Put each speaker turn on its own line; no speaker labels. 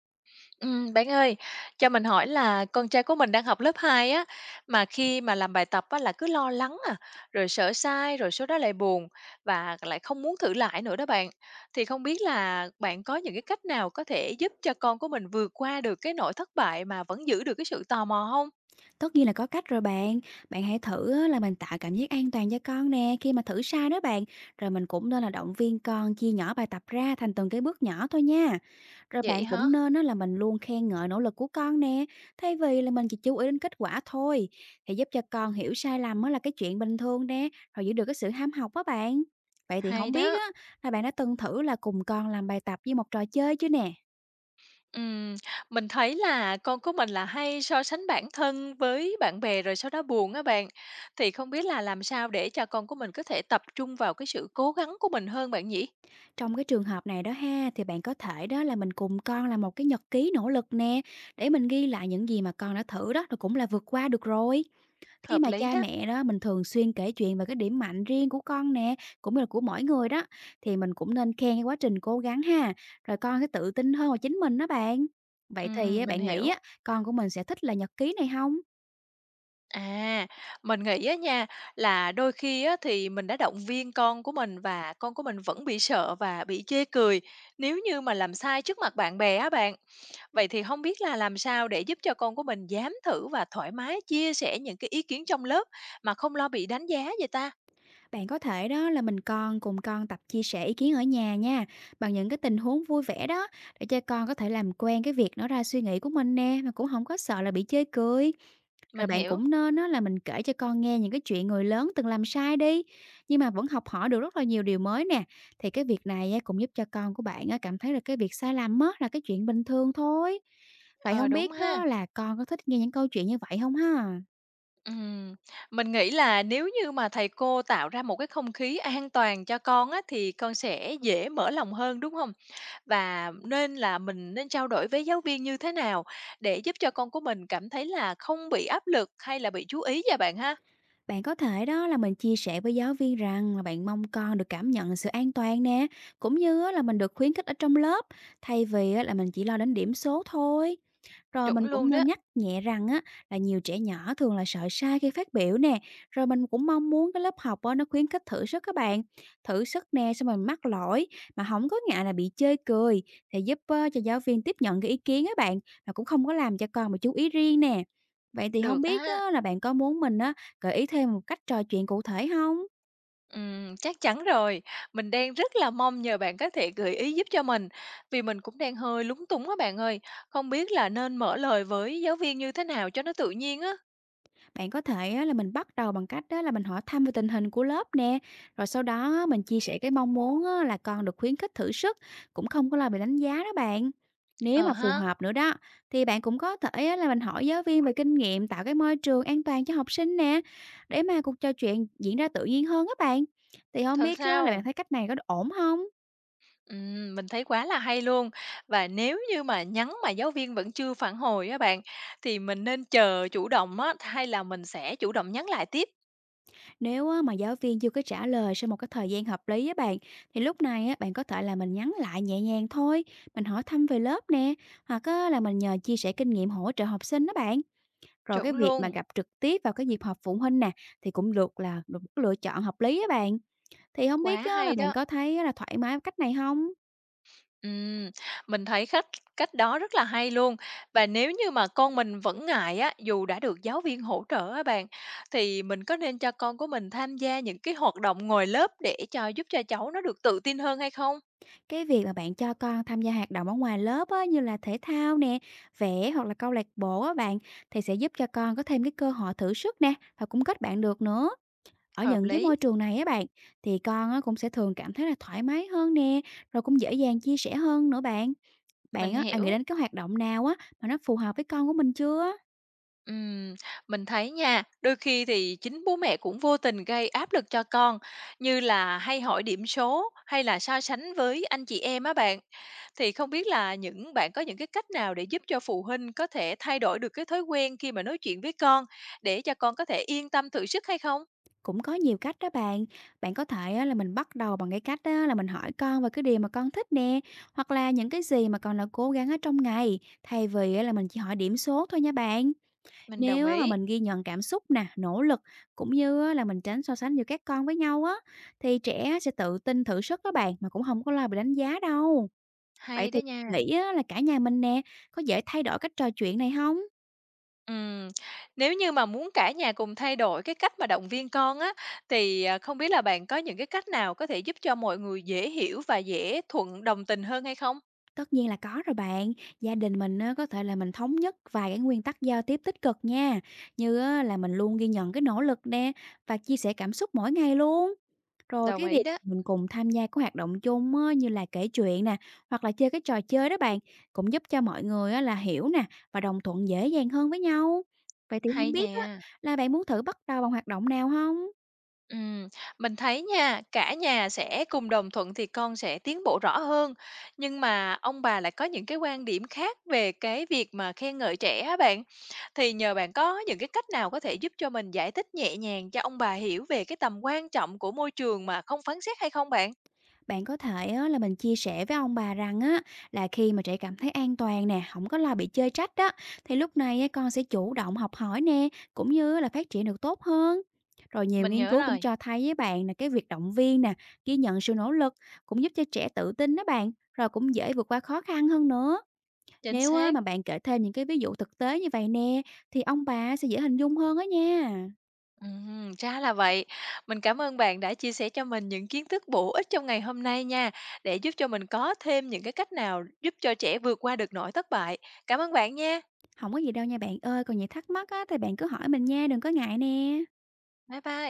Bạn ơi, cho mình hỏi là con trai của mình đang học lớp 2 á, mà khi mà làm bài tập á là cứ lo lắng à, rồi sợ sai, rồi sau đó lại buồn và lại không muốn thử lại nữa đó bạn. Thì không biết là bạn có những cái cách nào có thể giúp cho con của mình vượt qua được cái nỗi thất bại mà vẫn giữ được cái sự tò mò không.
Tất nhiên là có cách rồi bạn. Bạn hãy thử á, là mình tạo cảm giác an toàn cho con nè khi mà thử sai đó bạn. Rồi mình cũng nên là động viên con chia nhỏ bài tập ra thành từng cái bước nhỏ thôi nha. Rồi
Vậy
bạn
hả?
cũng nên á, là mình luôn khen ngợi nỗ lực của con nè. Thay vì là mình chỉ chú ý đến kết quả thôi. Thì giúp cho con hiểu sai lầm á, là cái chuyện bình thường nè. Rồi giữ được cái sự ham học đó bạn. Vậy thì
Hay
không biết
đó.
á, là bạn đã từng thử là cùng con làm bài tập với một trò chơi chưa nè?
Ừm, mình thấy là con của mình là hay so sánh bản thân với bạn bè rồi sau đó buồn á bạn. Thì không biết là làm sao để cho con của mình có thể tập trung vào cái sự cố gắng của mình hơn bạn nhỉ?
Trong cái trường hợp này đó ha, thì bạn có thể đó là mình cùng con làm một cái nhật ký nỗ lực nè, để mình ghi lại những gì mà con đã thử đó, rồi cũng là vượt qua được rồi. Khi
Hợp
mà
lý
cha
đó.
mẹ đó mình thường xuyên kể chuyện về cái điểm mạnh riêng của con nè, cũng như là của mỗi người đó, thì mình cũng nên khen cái quá trình cố gắng ha, rồi con sẽ tự tin hơn vào chính mình đó bạn. Vậy thì á,
Mình
bạn nghĩ
hiểu.
á, con của mình sẽ thích là nhật ký này không?
À, mình nghĩ á nha là đôi khi á thì mình đã động viên con của mình và con của mình vẫn bị sợ và bị chê cười nếu như mà làm sai trước mặt bạn bè á bạn. Vậy thì không biết là làm sao để giúp cho con của mình dám thử và thoải mái chia sẻ những cái ý kiến trong lớp mà không lo bị đánh giá vậy ta?
Bạn có thể đó là mình con cùng con tập chia sẻ ý kiến ở nhà nha, bằng những cái tình huống vui vẻ đó, để cho con có thể làm quen cái việc nói ra suy nghĩ của mình nè, mà cũng không có sợ là bị chê cười. Rồi
Mình
bạn
hiểu,
cũng nên đó là mình kể cho con nghe những cái chuyện người lớn từng làm sai đi, nhưng mà vẫn học hỏi được rất là nhiều điều mới nè. Thì cái việc này á, cũng giúp cho con của bạn á, cảm thấy là cái việc sai lầm á, là cái chuyện bình thường thôi. Vậy
ờ,
không
đúng
biết
ha.
á, là con có thích nghe những câu chuyện như vậy không ha?
Ừm, mình nghĩ là nếu như mà thầy cô tạo ra một cái không khí an toàn cho con á, thì con sẽ dễ mở lòng hơn, đúng không. Và nên là mình nên trao đổi với giáo viên như thế nào để giúp cho con của mình cảm thấy là không bị áp lực hay là bị chú ý vậy bạn ha?
Bạn có thể đó là mình chia sẻ với giáo viên rằng là bạn mong con được cảm nhận sự an toàn nè, cũng như á là mình được khuyến khích ở trong lớp, thay vì á là mình chỉ lo đến điểm số thôi. Rồi
Chuẩn
mình
luôn
cũng
đó,
nên nhắc nhẹ rằng á là nhiều trẻ nhỏ thường là sợ sai khi phát biểu nè, rồi mình cũng mong muốn cái lớp học á nó khuyến khích thử sức các bạn, thử sức nè xong rồi mắc lỗi mà không có ngại là bị chê cười, thì giúp cho giáo viên tiếp nhận cái ý kiến á bạn, mà cũng không có làm cho con mà chú ý riêng nè. Vậy thì không
được
biết
á.
á, là bạn có muốn mình á gợi ý thêm một cách trò chuyện cụ thể không?
Chắc chắn rồi. Mình đang rất là mong nhờ bạn có thể gợi ý giúp cho mình, vì mình cũng đang hơi lúng túng á bạn ơi, không biết là nên mở lời với giáo viên như thế nào cho nó tự nhiên á.
Bạn có thể á là mình bắt đầu bằng cách đó là mình hỏi thăm về tình hình của lớp nè, rồi sau đó á mình chia sẻ cái mong muốn á là con được khuyến khích thử sức, cũng không có lo bị đánh giá đó bạn. Nếu
Ờ
mà phù
ha,
hợp nữa đó, thì bạn cũng có thể á là mình hỏi giáo viên về kinh nghiệm tạo cái môi trường an toàn cho học sinh nè, để mà cuộc trò chuyện diễn ra tự nhiên hơn các bạn. Thì không
thật
biết á, là
sao?
bạn thấy cách này có ổn không?
Mình thấy quá là hay luôn. Và nếu như mà nhắn mà giáo viên vẫn chưa phản hồi á bạn, thì mình nên chờ chủ động á, hay là mình sẽ chủ động nhắn lại tiếp?
Nếu á, mà giáo viên chưa có trả lời sau một cái thời gian hợp lý á bạn, thì lúc này á, bạn có thể là mình nhắn lại nhẹ nhàng thôi, mình hỏi thăm về lớp nè, hoặc á, là mình nhờ chia sẻ kinh nghiệm hỗ trợ học sinh đó bạn. Rồi cái
Chuẩn
việc mà
luôn,
gặp trực tiếp vào cái dịp họp phụ huynh nè, thì cũng được là được một cái lựa chọn hợp lý á bạn. Thì không biết
quá
á, là
hay
bạn
đó.
có thấy á, là thoải mái với cách này không?
Ừm, mình thấy cách cách đó rất là hay luôn. Và nếu như mà con mình vẫn ngại á, dù đã được giáo viên hỗ trợ á bạn, thì mình có nên cho con của mình tham gia những cái hoạt động ngoài lớp để cho giúp cho cháu nó được tự tin hơn hay không?
Cái việc mà bạn cho con tham gia hoạt động ở ngoài lớp á, như là thể thao nè, vẽ hoặc là câu lạc bộ á bạn, thì sẽ giúp cho con có thêm cái cơ hội thử sức nè, và cũng kết bạn được nữa. Ở
Hợp
những cái
lý,
môi trường này á bạn, thì con á cũng sẽ thường cảm thấy là thoải mái hơn nè, rồi cũng dễ dàng chia sẻ hơn nữa bạn.
mình
Bạn á, là nghĩ
hiểu.
đến cái hoạt động nào á mà nó phù hợp với con của mình chưa?
Ừm, mình thấy nha, đôi khi thì chính bố mẹ cũng vô tình gây áp lực cho con, như là hay hỏi điểm số hay là so sánh với anh chị em á bạn. Thì không biết là những bạn có những cái cách nào để giúp cho phụ huynh có thể thay đổi được cái thói quen khi mà nói chuyện với con, để cho con có thể yên tâm thử sức hay không?
Cũng có nhiều cách đó bạn. Bạn có thể á, là mình bắt đầu bằng cái cách á, là mình hỏi con về cái điều mà con thích nè, hoặc là những cái gì mà con đã cố gắng ở trong ngày, thay vì á, là mình chỉ hỏi điểm số thôi nha bạn.
Mình đồng
Nếu á mà
ý,
mình ghi nhận cảm xúc nè, nỗ lực, cũng như á là mình tránh so sánh giữa các con với nhau á, thì trẻ á sẽ tự tin thử sức đó bạn, mà cũng không có lo bị đánh giá đâu. Vậy
hay
thì
đó nha.
nghĩ á là cả nhà mình nè, có dễ thay đổi cách trò chuyện này không?
Ừm, nếu như mà muốn cả nhà cùng thay đổi cái cách mà động viên con á, thì, à, không biết là bạn có những cái cách nào có thể giúp cho mọi người dễ hiểu và dễ thuận đồng tình hơn hay không?
Tất nhiên là có rồi bạn. Gia đình mình á có thể là mình thống nhất vài cái nguyên tắc giao tiếp tích cực nha, như á là mình luôn ghi nhận cái nỗ lực nè, và chia sẻ cảm xúc mỗi ngày luôn. Rồi
Đồng
cái việc
ý đó,
mình cùng tham gia các hoạt động chung á, như là kể chuyện nè, hoặc là chơi cái trò chơi đó bạn, cũng giúp cho mọi người á, là hiểu nè, và đồng thuận dễ dàng hơn với nhau. Vậy thì
hay
không biết á,
nè.
là bạn muốn thử bắt đầu bằng hoạt động nào không?
Ừm, mình thấy nha, cả nhà sẽ cùng đồng thuận thì con sẽ tiến bộ rõ hơn, nhưng mà ông bà lại có những cái quan điểm khác về cái việc mà khen ngợi trẻ á bạn. Thì nhờ bạn có những cái cách nào có thể giúp cho mình giải thích nhẹ nhàng cho ông bà hiểu về cái tầm quan trọng của môi trường mà không phán xét hay không bạn?
Bạn có thể á, là mình chia sẻ với ông bà rằng á là khi mà trẻ cảm thấy an toàn nè, không có lo bị chơi trách đó, thì lúc này á, con sẽ chủ động học hỏi nè, cũng như là phát triển được tốt hơn. Rồi nhiều
Mình
nghiên
nhớ
cứu cũng
rồi,
cho thấy với bạn là cái việc động viên nè, ghi nhận sự nỗ lực cũng giúp cho trẻ tự tin đó bạn, rồi cũng dễ vượt qua khó khăn hơn nữa.
chính
Nếu á,
xác.
mà bạn kể thêm những cái ví dụ thực tế như vậy nè, thì ông bà sẽ dễ hình dung hơn á nha.
Ra là vậy. Mình cảm ơn bạn đã chia sẻ cho mình những kiến thức bổ ích trong ngày hôm nay nha, để giúp cho mình có thêm những cái cách nào giúp cho trẻ vượt qua được nỗi thất bại. Cảm ơn bạn nha.
Không có gì đâu nha bạn ơi, còn gì thắc mắc á, thì bạn cứ hỏi mình nha, đừng có ngại nè.
Bye bye.